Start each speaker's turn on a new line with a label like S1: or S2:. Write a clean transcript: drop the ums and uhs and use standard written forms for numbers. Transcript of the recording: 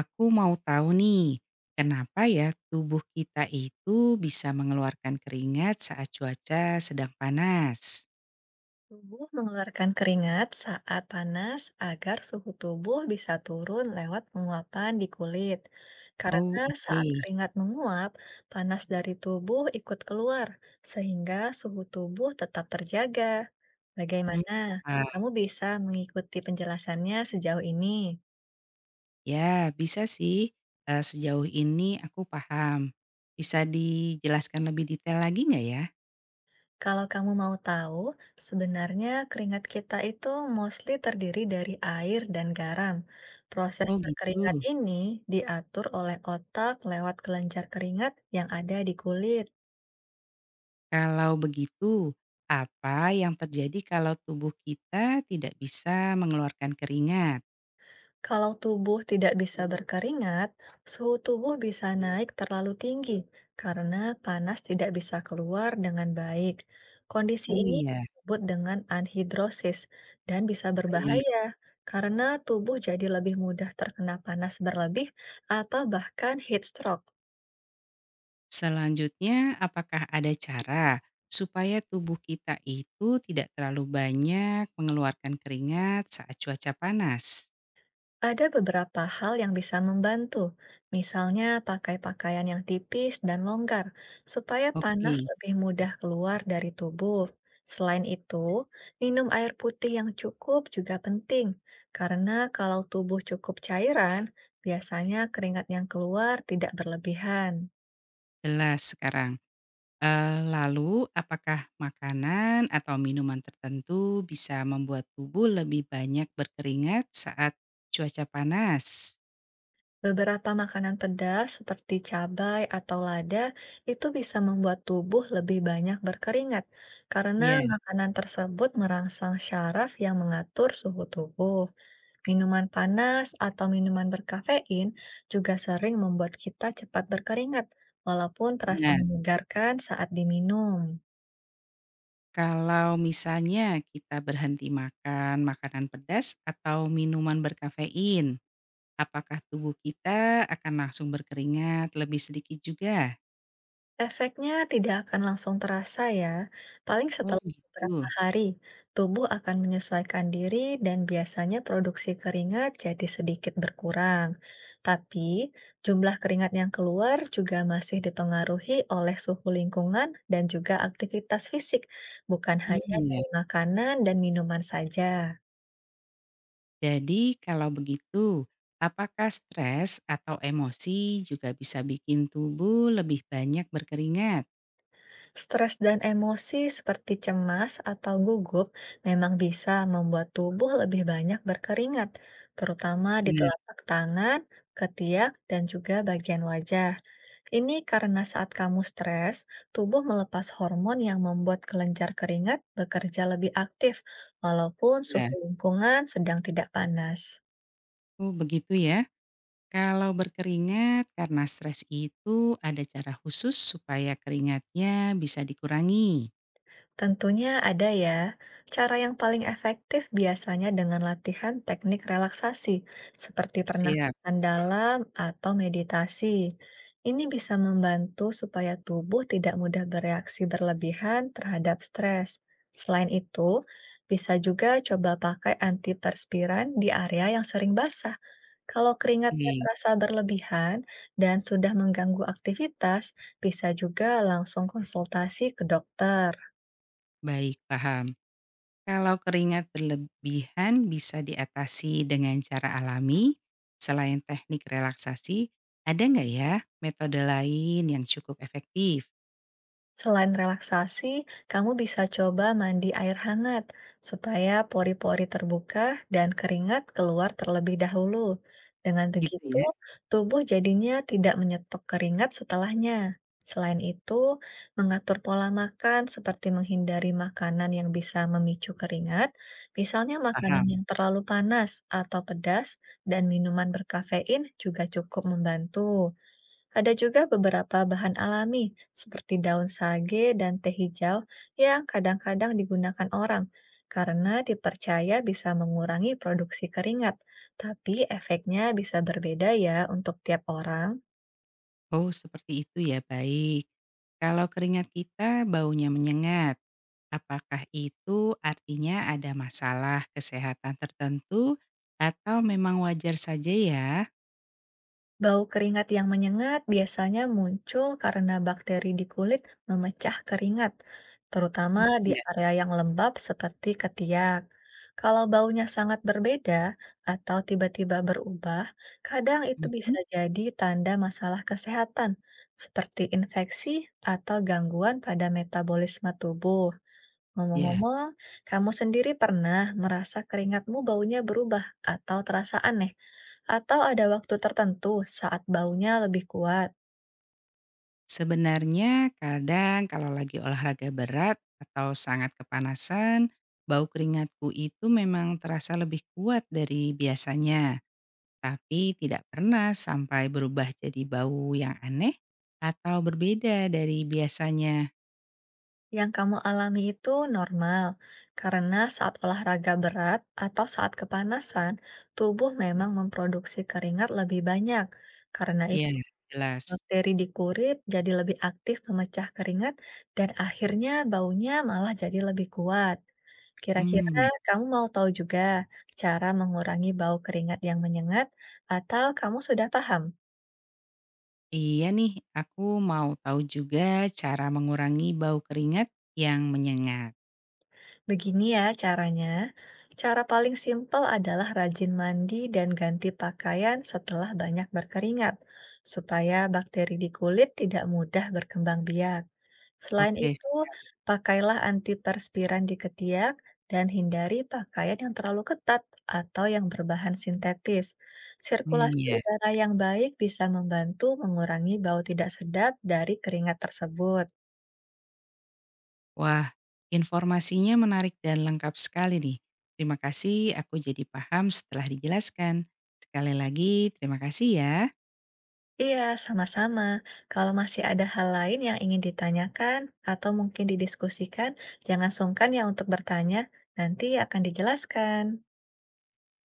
S1: Aku mau tahu nih, kenapa ya tubuh kita itu bisa mengeluarkan keringat saat cuaca sedang panas?
S2: Tubuh mengeluarkan keringat saat panas agar suhu tubuh bisa turun lewat penguapan di kulit. Karena
S1: Oh, oke.
S2: saat keringat menguap, panas dari tubuh ikut keluar, sehingga suhu tubuh tetap terjaga.
S1: Hmm,
S2: Bagaimana?
S1: paham.
S2: Kamu bisa mengikuti penjelasannya sejauh ini?
S1: Ya, bisa sih. Sejauh ini aku paham. Bisa dijelaskan lebih detail lagi nggak ya?
S2: Kalau kamu mau tahu, sebenarnya keringat kita itu mostly terdiri dari air dan garam. Proses
S1: Oh
S2: berkeringat
S1: gitu.
S2: ini diatur oleh otak lewat kelenjar keringat yang ada di kulit.
S1: Kalau begitu, apa yang terjadi kalau tubuh kita tidak bisa mengeluarkan keringat?
S2: Kalau tubuh tidak bisa berkeringat, suhu tubuh bisa naik terlalu tinggi karena panas tidak bisa keluar dengan baik. Kondisi
S1: Oh
S2: ini
S1: iya,
S2: disebut dengan anhidrosis dan bisa
S1: baik.
S2: berbahaya karena tubuh jadi lebih mudah terkena panas berlebih atau bahkan heat stroke.
S1: Selanjutnya, apakah ada cara supaya tubuh kita itu tidak terlalu banyak mengeluarkan keringat saat cuaca panas?
S2: Ada beberapa hal yang bisa membantu, misalnya pakai pakaian yang tipis dan longgar, supaya panas
S1: Oke,
S2: lebih mudah keluar dari tubuh. Selain itu, minum air putih yang cukup juga penting, karena kalau tubuh cukup cairan, biasanya keringat yang keluar tidak berlebihan.
S1: jelas sekarang. Lalu apakah makanan atau minuman tertentu bisa membuat tubuh lebih banyak berkeringat saat cuaca panas?
S2: Beberapa makanan pedas seperti cabai atau lada itu bisa membuat tubuh lebih banyak berkeringat karena
S1: Ya,
S2: makanan tersebut merangsang syaraf yang mengatur suhu tubuh. Minuman panas atau minuman berkafein juga sering membuat kita cepat berkeringat, walaupun terasa
S1: benar.
S2: menyegarkan saat diminum.
S1: Kalau misalnya kita berhenti makan makanan pedas atau minuman berkafein. Apakah tubuh kita akan langsung berkeringat lebih sedikit juga?
S2: Efeknya tidak akan langsung terasa ya, paling
S1: Oh
S2: setelah beberapa
S1: gitu,
S2: hari, tubuh akan menyesuaikan diri dan biasanya produksi keringat jadi sedikit berkurang. Tapi jumlah keringat yang keluar juga masih dipengaruhi oleh suhu lingkungan dan juga aktivitas fisik, bukan
S1: mmm,
S2: hanya
S1: iya.
S2: dari makanan dan minuman saja.
S1: Jadi kalau begitu, apakah stres atau emosi juga bisa bikin tubuh lebih banyak berkeringat?
S2: Stres dan emosi seperti cemas atau gugup memang bisa membuat tubuh lebih banyak berkeringat, terutama di
S1: Benar.
S2: telapak tangan, ketiak, dan juga bagian wajah. Ini karena saat kamu stres, tubuh melepas hormon yang membuat kelenjar keringat bekerja lebih aktif, walaupun
S1: Ya.
S2: suhu lingkungan sedang tidak panas.
S1: Oh begitu ya. Kalau berkeringat karena stres itu, ada cara khusus supaya keringatnya bisa dikurangi?
S2: Tentunya ada ya. Cara yang paling efektif biasanya dengan latihan teknik relaksasi, seperti
S1: Siap,
S2: pernafasan dalam atau meditasi. Ini bisa membantu supaya tubuh tidak mudah bereaksi berlebihan terhadap stres. Selain itu, bisa juga coba pakai antiperspiran di area yang sering basah. Kalau keringatnya
S1: oke.
S2: terasa berlebihan dan sudah mengganggu aktivitas, bisa juga langsung konsultasi ke dokter.
S1: Baik, paham. Kalau keringat berlebihan bisa diatasi dengan cara alami, selain teknik relaksasi, ada nggak ya metode lain yang cukup efektif?
S2: Selain relaksasi, kamu bisa coba mandi air hangat supaya pori-pori terbuka dan keringat keluar terlebih dahulu. Dengan
S1: Gitu
S2: begitu,
S1: ya,
S2: tubuh jadinya tidak menyetok keringat setelahnya. Selain itu, mengatur pola makan seperti menghindari makanan yang bisa memicu keringat, misalnya makanan
S1: paham.
S2: yang terlalu panas atau pedas, dan minuman berkafein juga cukup membantu. Ada juga beberapa bahan alami seperti daun sage dan teh hijau yang kadang-kadang digunakan orang karena dipercaya bisa mengurangi produksi keringat. Tapi efeknya bisa berbeda ya untuk tiap orang.
S1: Oh, seperti itu ya, baik. Kalau keringat kita baunya menyengat, apakah itu artinya ada masalah kesehatan tertentu atau memang wajar saja ya?
S2: Bau keringat yang menyengat biasanya muncul karena bakteri di kulit memecah keringat, terutama
S1: Hmm,
S2: di
S1: ya.
S2: area yang lembab seperti ketiak. Kalau baunya sangat berbeda atau tiba-tiba berubah, kadang itu bisa
S1: Mhm.
S2: jadi tanda masalah kesehatan, seperti infeksi atau gangguan pada metabolisme tubuh.
S1: Iya.
S2: Ngomong-ngomong, kamu sendiri pernah merasa keringatmu baunya berubah atau terasa aneh? Atau ada waktu tertentu saat baunya lebih kuat?
S1: Sebenarnya kadang kalau lagi olahraga berat atau sangat kepanasan, bau keringatku itu memang terasa lebih kuat dari biasanya, tapi tidak pernah sampai berubah jadi bau yang aneh atau berbeda dari biasanya.
S2: Yang kamu alami itu normal, karena saat olahraga berat atau saat kepanasan, tubuh memang memproduksi keringat lebih banyak. Karena
S1: Ya,
S2: itu,
S1: jelas.
S2: bakteri di kulit jadi lebih aktif memecah keringat dan akhirnya baunya malah jadi lebih kuat. Kira-kira
S1: Hmm,
S2: kamu mau tahu juga cara mengurangi bau keringat yang menyengat atau kamu sudah paham?
S1: iya nih, aku mau tahu juga cara mengurangi bau keringat yang menyengat.
S2: Begini ya caranya. Cara paling simpel adalah rajin mandi dan ganti pakaian setelah banyak berkeringat, supaya bakteri di kulit tidak mudah berkembang biak. Selain
S1: Oke,
S2: itu,
S1: siap.
S2: pakailah antiperspiran di ketiak dan hindari pakaian yang terlalu ketat atau yang berbahan sintetis.
S1: Hmm,
S2: Sirkulasi
S1: ya.
S2: udara yang baik bisa membantu mengurangi bau tidak sedap dari keringat tersebut.
S1: Wah, informasinya menarik dan lengkap sekali nih. Terima kasih, aku jadi paham setelah dijelaskan. Sekali lagi, terima kasih ya.
S2: Iya, sama-sama. Kalau masih ada hal lain yang ingin ditanyakan atau mungkin didiskusikan, jangan sungkan ya untuk bertanya. Nanti akan dijelaskan.